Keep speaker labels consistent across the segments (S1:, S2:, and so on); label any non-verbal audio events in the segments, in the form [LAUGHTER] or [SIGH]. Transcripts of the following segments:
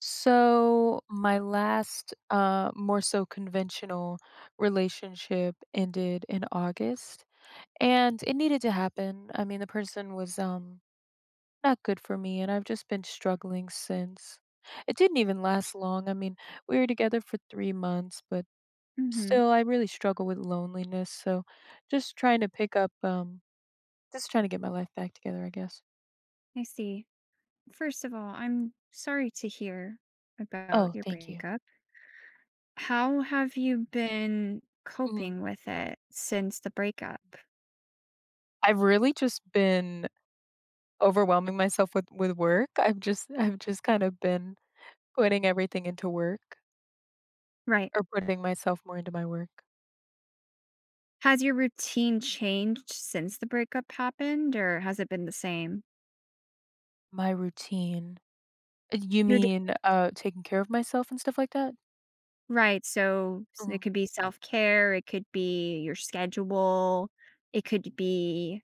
S1: So my last more so conventional relationship ended in August, and it needed to happen. I mean, the person was not good for me, and I've just been struggling since. It didn't even last long. I mean, we were together for 3 months, but
S2: Mm-hmm.
S1: still I really struggle with loneliness. So just trying to pick up, just trying to get my life back together, I guess.
S2: I see. First of all, I'm sorry to hear about
S1: Oh,
S2: your
S1: thank you.
S2: breakup. How have you been
S1: Mhm.
S2: coping with it since the breakup?
S1: I've really just been overwhelming myself with work. I've just kind of been putting everything into work,
S2: Right.
S1: or putting myself more into my work.
S2: Has your routine changed since the breakup happened, or has it been the same?
S1: My routine. You
S2: Your da-
S1: mean, taking care of myself and stuff like that?
S2: right. So it
S1: Mhm,
S2: could be self care, it could be your schedule, it could be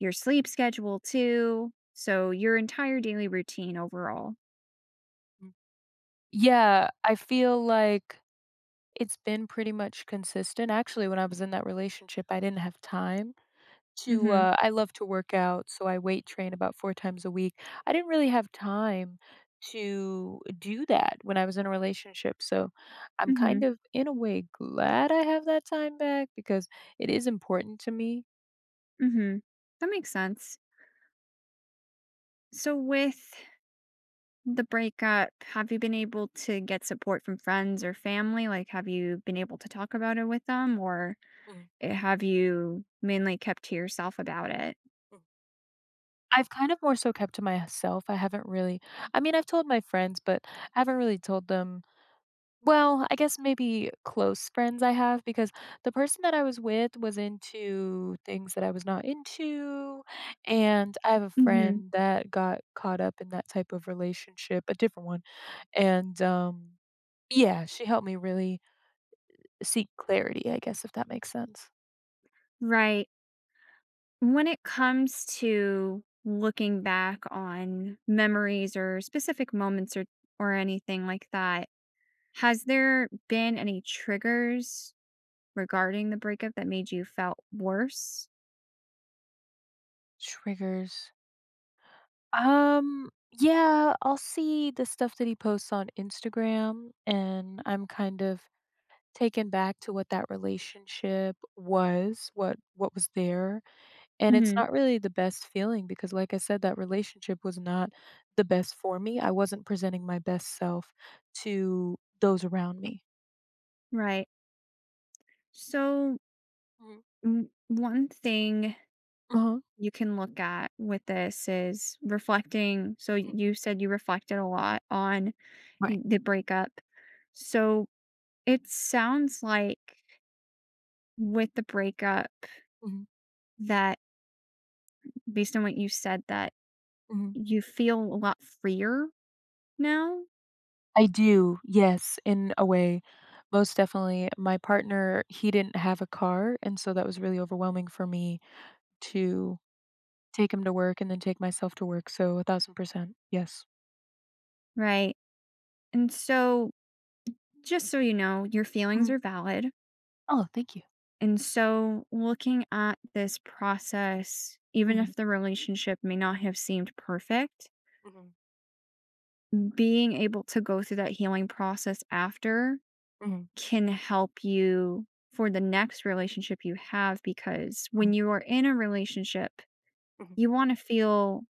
S2: your sleep schedule too. So your entire daily routine overall.
S1: mm. Yeah, I feel like it's been pretty much consistent. Actually, when I was in that relationship, I didn't have time
S2: Mm
S1: to
S2: hmm.
S1: I love to work out, so I weight train about 4 times a week. I didn't really have time to do that when I was in a relationship, so I'm
S2: Mm hmm.
S1: kind of, in a way, glad I have that time back because it is important to me.
S2: Mhm. That makes sense. So with the breakup, have you been able to get support from friends or family? Like, have you been able to talk about it with them, or
S1: Mhm,
S2: have you mainly kept to yourself about it?
S1: mm. I've kind of more so kept to myself. I haven't really I mean, I've told my friends, but I haven't really told them. Well, I guess maybe close friends I have, because the person that I was with was into things that I was not into, and I have a
S2: Mhm.
S1: friend that got caught up in that type of relationship, a different one, and, yeah, she helped me really seek clarity, I guess, if that makes sense.
S2: Right. When it comes to looking back on memories or specific moments, or anything like that, has there
S1: Mm.
S2: been any triggers regarding the breakup that made you felt worse?
S1: Triggers. Um, yeah, I'll see the stuff that he posts on Instagram, and I'm kind of taken back to what that relationship was, what was there, and it's
S2: Mhm.
S1: not really the best feeling, because like I said, that relationship was not the best for me. I wasn't presenting my best self to those around me.
S2: Right. So,
S1: Mhm.
S2: one thing
S1: Uh-huh.
S2: you can look at with this is reflecting. So,
S1: Mm.
S2: you said you reflected a lot on
S1: Right.
S2: the breakup. So, it sounds like with the breakup
S1: Mhm.
S2: that, based on what you said, that
S1: Mhm.
S2: you feel a lot freer now,
S1: I do, yes, in a way. Most definitely. My partner, he didn't have a car, and so that was really overwhelming for me to take him to work and then take myself to work. So 1000%. Yes.
S2: right? And so, just so you know, your feelings
S1: Mhm.
S2: are valid.
S1: Oh, thank you.
S2: And so, looking at this process, even
S1: Mhm,
S2: if the relationship may not have seemed perfect,
S1: mhm,
S2: being able to go through that healing process after
S1: mhm,
S2: can help you for the next relationship you have, because when
S1: mhm,
S2: you are in a relationship,
S1: mhm,
S2: you want to feel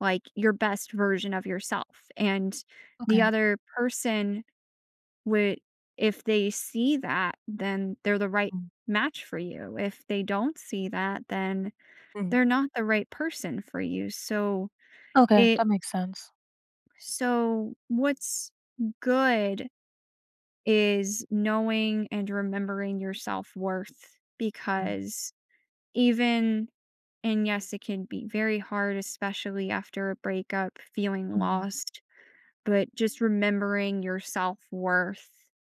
S2: like your best version of yourself. And the
S1: okay,
S2: other person would, if they see that, then they're the right
S1: mhm,
S2: match for you. If they don't see that, then
S1: mhm.
S2: they're not the right person for you.
S1: Okay,
S2: It,
S1: that makes sense.
S2: so what's good is knowing and remembering your self-worth,
S1: Mhm,
S2: because even and yes, it can be very hard, especially after a breakup, feeling
S1: mhm,
S2: lost, but just remembering your self-worth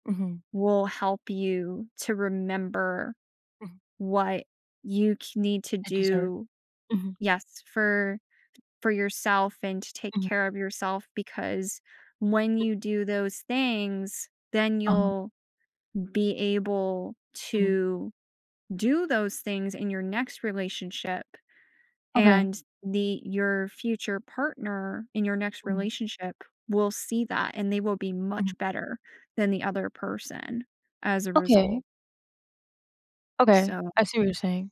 S1: mhm,
S2: will help you to remember
S1: mhm.
S2: what you need to
S1: A dessert.
S2: do.
S1: Mhm,
S2: Yes, for yourself, and to take
S1: mhm,
S2: care of yourself, because when you do those things, then
S1: uh-huh,
S2: you'll be able
S1: mhm,
S2: to do those things in your next relationship,
S1: okay,
S2: and the your future partner in your next
S1: mhm,
S2: relationship will see that, and they will be
S1: mhm.
S2: much better than the other person as a result.
S1: Okay. Okay,
S2: So,
S1: I see what you're saying.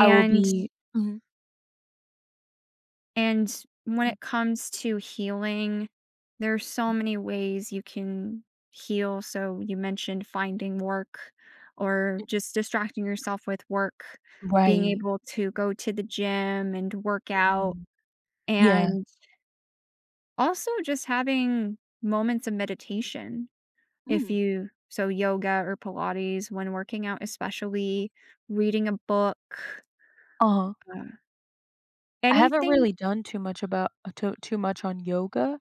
S1: I will be. Mhm.
S2: and when it comes to healing, there's so many ways you can heal. So, you mentioned finding work, or just distracting yourself with work, being
S1: Right.
S2: able to go to the gym and work out,
S1: Mhm. Yeah.
S2: and also just having moments of meditation, if
S1: Mm.
S2: you so yoga or Pilates when working out, especially reading a book,
S1: Uh-huh.
S2: uh,
S1: I haven't
S2: anything,
S1: really done too much about too much on yoga,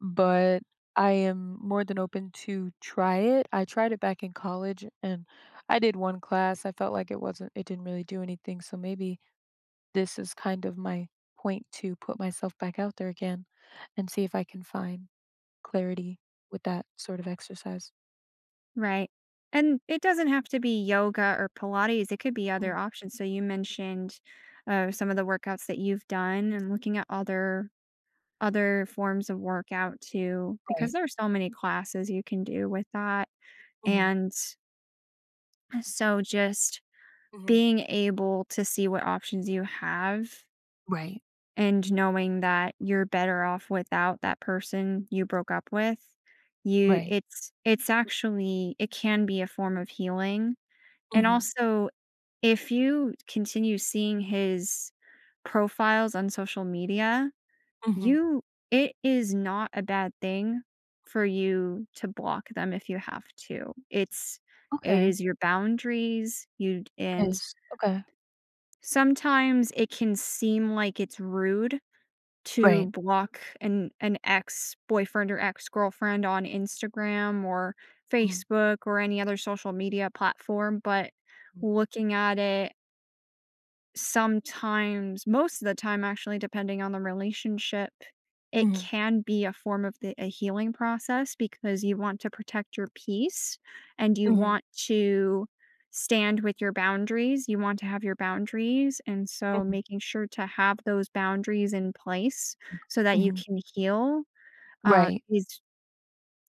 S1: but I am more than open to try it. I tried it back in college and I did one class. I felt like it didn't really do anything, so maybe this is kind of my point to put myself back out there again and see if I can find clarity with that sort of exercise.
S2: right? And it doesn't have to be yoga or Pilates, it could be
S1: Mm.
S2: other options. So you mentioned some of the workouts that you've done, and looking at other forms of workout too, because
S1: Right.
S2: there are so many classes you can do with that,
S1: Mhm.
S2: and so just
S1: Mhm.
S2: being able to see what options you have,
S1: Right.
S2: and knowing that you're better off without that person you broke up with, you
S1: Right.
S2: it's actually, it can be a form of healing. And
S1: Mhm.
S2: also, if you continue seeing his profiles on social media,
S1: Mhm.
S2: you it is not a bad thing for you to block them if you have to. It
S1: Okay.
S2: is your boundaries. You and
S1: It is. Okay.
S2: Sometimes it can seem like it's rude to
S1: Right.
S2: block an ex-boyfriend or ex-girlfriend on Instagram or
S1: Mhm.
S2: Facebook or any other social media platform, but looking at it, sometimes, most of the time, actually, depending on the relationship, it
S1: Mhm.
S2: can be a form of the a healing process, because you want to protect your peace and you
S1: Mhm.
S2: want to stand with your boundaries. You want to have your boundaries, and so
S1: Mhm,
S2: making sure to have those boundaries in place so that you
S1: mhm.
S2: can heal,
S1: Right.
S2: is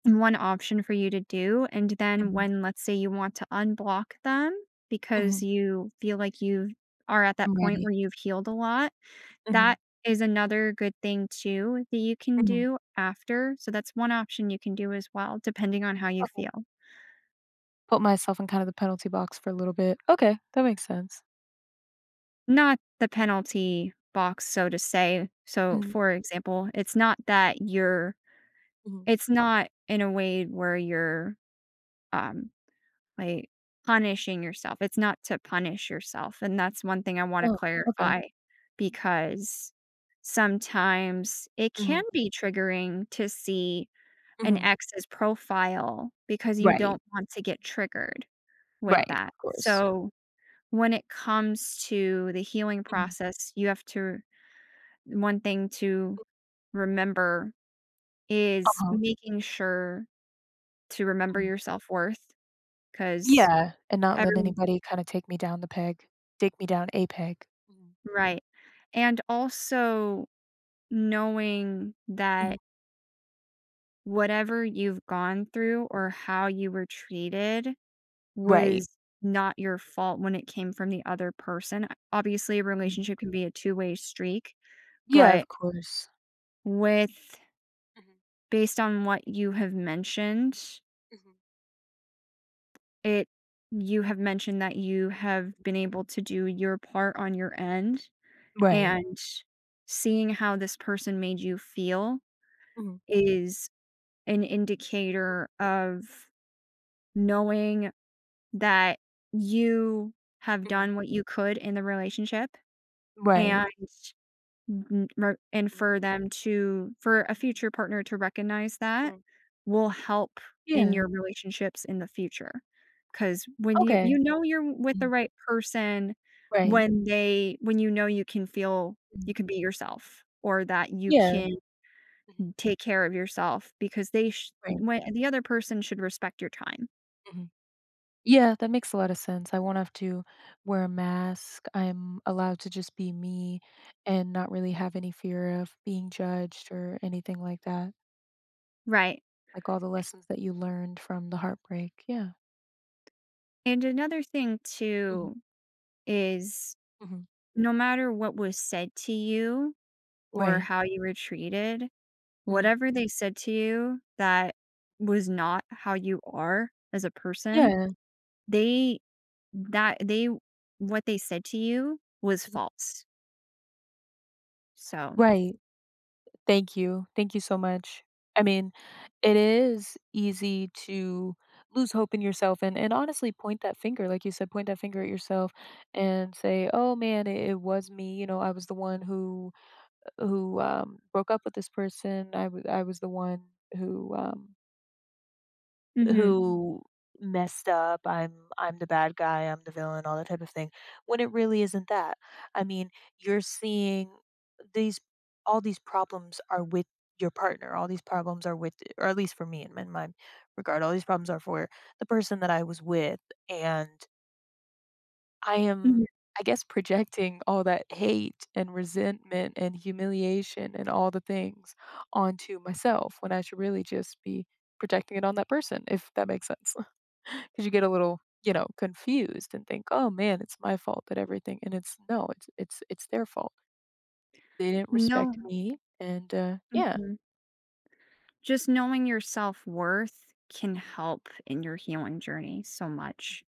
S2: one option for you to do. And then
S1: Mhm,
S2: when, let's say, you want to unblock them because
S1: mhm.
S2: you feel like you are at that
S1: I'm
S2: point
S1: ready.
S2: where you've healed a lot,
S1: Mhm,
S2: that is another good thing too that you can
S1: mhm.
S2: do after. So that's one option you can do as well, depending on how you
S1: Okay.
S2: feel.
S1: Put myself in kind of the penalty box for a little bit. Okay, that makes sense.
S2: Not the penalty box, so to say. So,
S1: Mhm,
S2: for example, it's not that you're,
S1: mhm.
S2: it's not in a way where you're, um, like, punishing yourself. It's not to punish yourself, and that's one thing I wanna
S1: Oh, okay.
S2: clarify, because sometimes it can
S1: Mhm,
S2: be triggering to see an
S1: mhm.
S2: ex's profile, because you
S1: Right,
S2: don't want to get triggered with
S1: right,
S2: that.
S1: of course.
S2: So, when it comes to the healing
S1: Mhm,
S2: process, you have to one thing to remember is
S1: uh-huh,
S2: making sure to remember
S1: mhm.
S2: your self-worth worth because
S1: Yeah, and not let
S2: everyone
S1: anybody kinda take me down the peg dig me down a peg. Mhm,
S2: Right. And also knowing that
S1: mhm.
S2: whatever you've gone through or how you were treated
S1: Right.
S2: was not your fault when it came from the other person. Obviously, a
S1: Mhm.
S2: relationship can be a two-way streak,
S1: Yeah, of
S2: but
S1: course.
S2: with
S1: Mhm,
S2: based on what you have mentioned,
S1: mhm.
S2: it you have mentioned that you have been able to do your part on your end,
S1: Right.
S2: and seeing how this person made you feel
S1: Mhm,
S2: is an indicator of knowing that you have
S1: mhm.
S2: done what you could in the relationship
S1: Right.
S2: and n- mer- and
S1: Mhm,
S2: for them to for a future partner to recognize that
S1: mhm.
S2: will help in
S1: Yeah.
S2: your relationships in the future, because when you
S1: Okay.
S2: you know you're with the
S1: Mhm.
S2: right person,
S1: Right.
S2: when they when you know
S1: Mhm.
S2: you can be yourself or that you
S1: Yeah.
S2: can
S1: Mhm.
S2: take care of yourself, because they sh-
S1: Right.
S2: when yeah, the other person should respect your time.
S1: Mhm. Yeah, that makes a lot of sense. I won't have to wear a mask. I'm allowed to just be me and not really have any fear of being judged or anything like that.
S2: Right.
S1: Like all the lessons that you learned from the heartbreak. Yeah.
S2: And another thing
S1: Mhm.
S2: too is,
S1: Mhm.
S2: no matter what was said to you or
S1: Right.
S2: how you were treated,
S1: Mhm.
S2: whatever they said to you that was not how you are as a person.
S1: Yeah.
S2: They that they What they said to you was
S1: Mhm.
S2: false. So,
S1: Right. Thank you. Thank you so much. I mean, it is easy to lose hope in yourself and, honestly point that finger, like you said, point that finger at yourself and say, "Oh man, it was me." You know, I was the one who broke up with this person. I was the one who um,
S2: mhm,
S1: who messed up. I'm the bad guy, I'm the villain, all that type of thing, when it really isn't that. I mean, you're seeing these all these problems are with your partner. All these problems are with, or at least for me, in my regard, all these problems are for the person that I was with, and I am,
S2: mhm.
S1: I guess, projecting all that hate and resentment and humiliation and all the things onto myself, when I should really just be projecting it on that person, if that makes sense. [LAUGHS] Because you get a little, you know, confused and think, "Oh man, it's my fault that everything," and it's no, it's it's their fault. They didn't
S2: No,
S1: respect me, and yeah.
S2: mhm. Just knowing your self-worth can
S1: Mhm.
S2: help in your healing journey so much.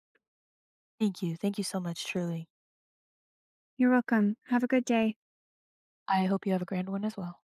S1: Thank you. Thank you so much, truly.
S2: You're welcome. Have a good day.
S1: I hope you have a grand one as well.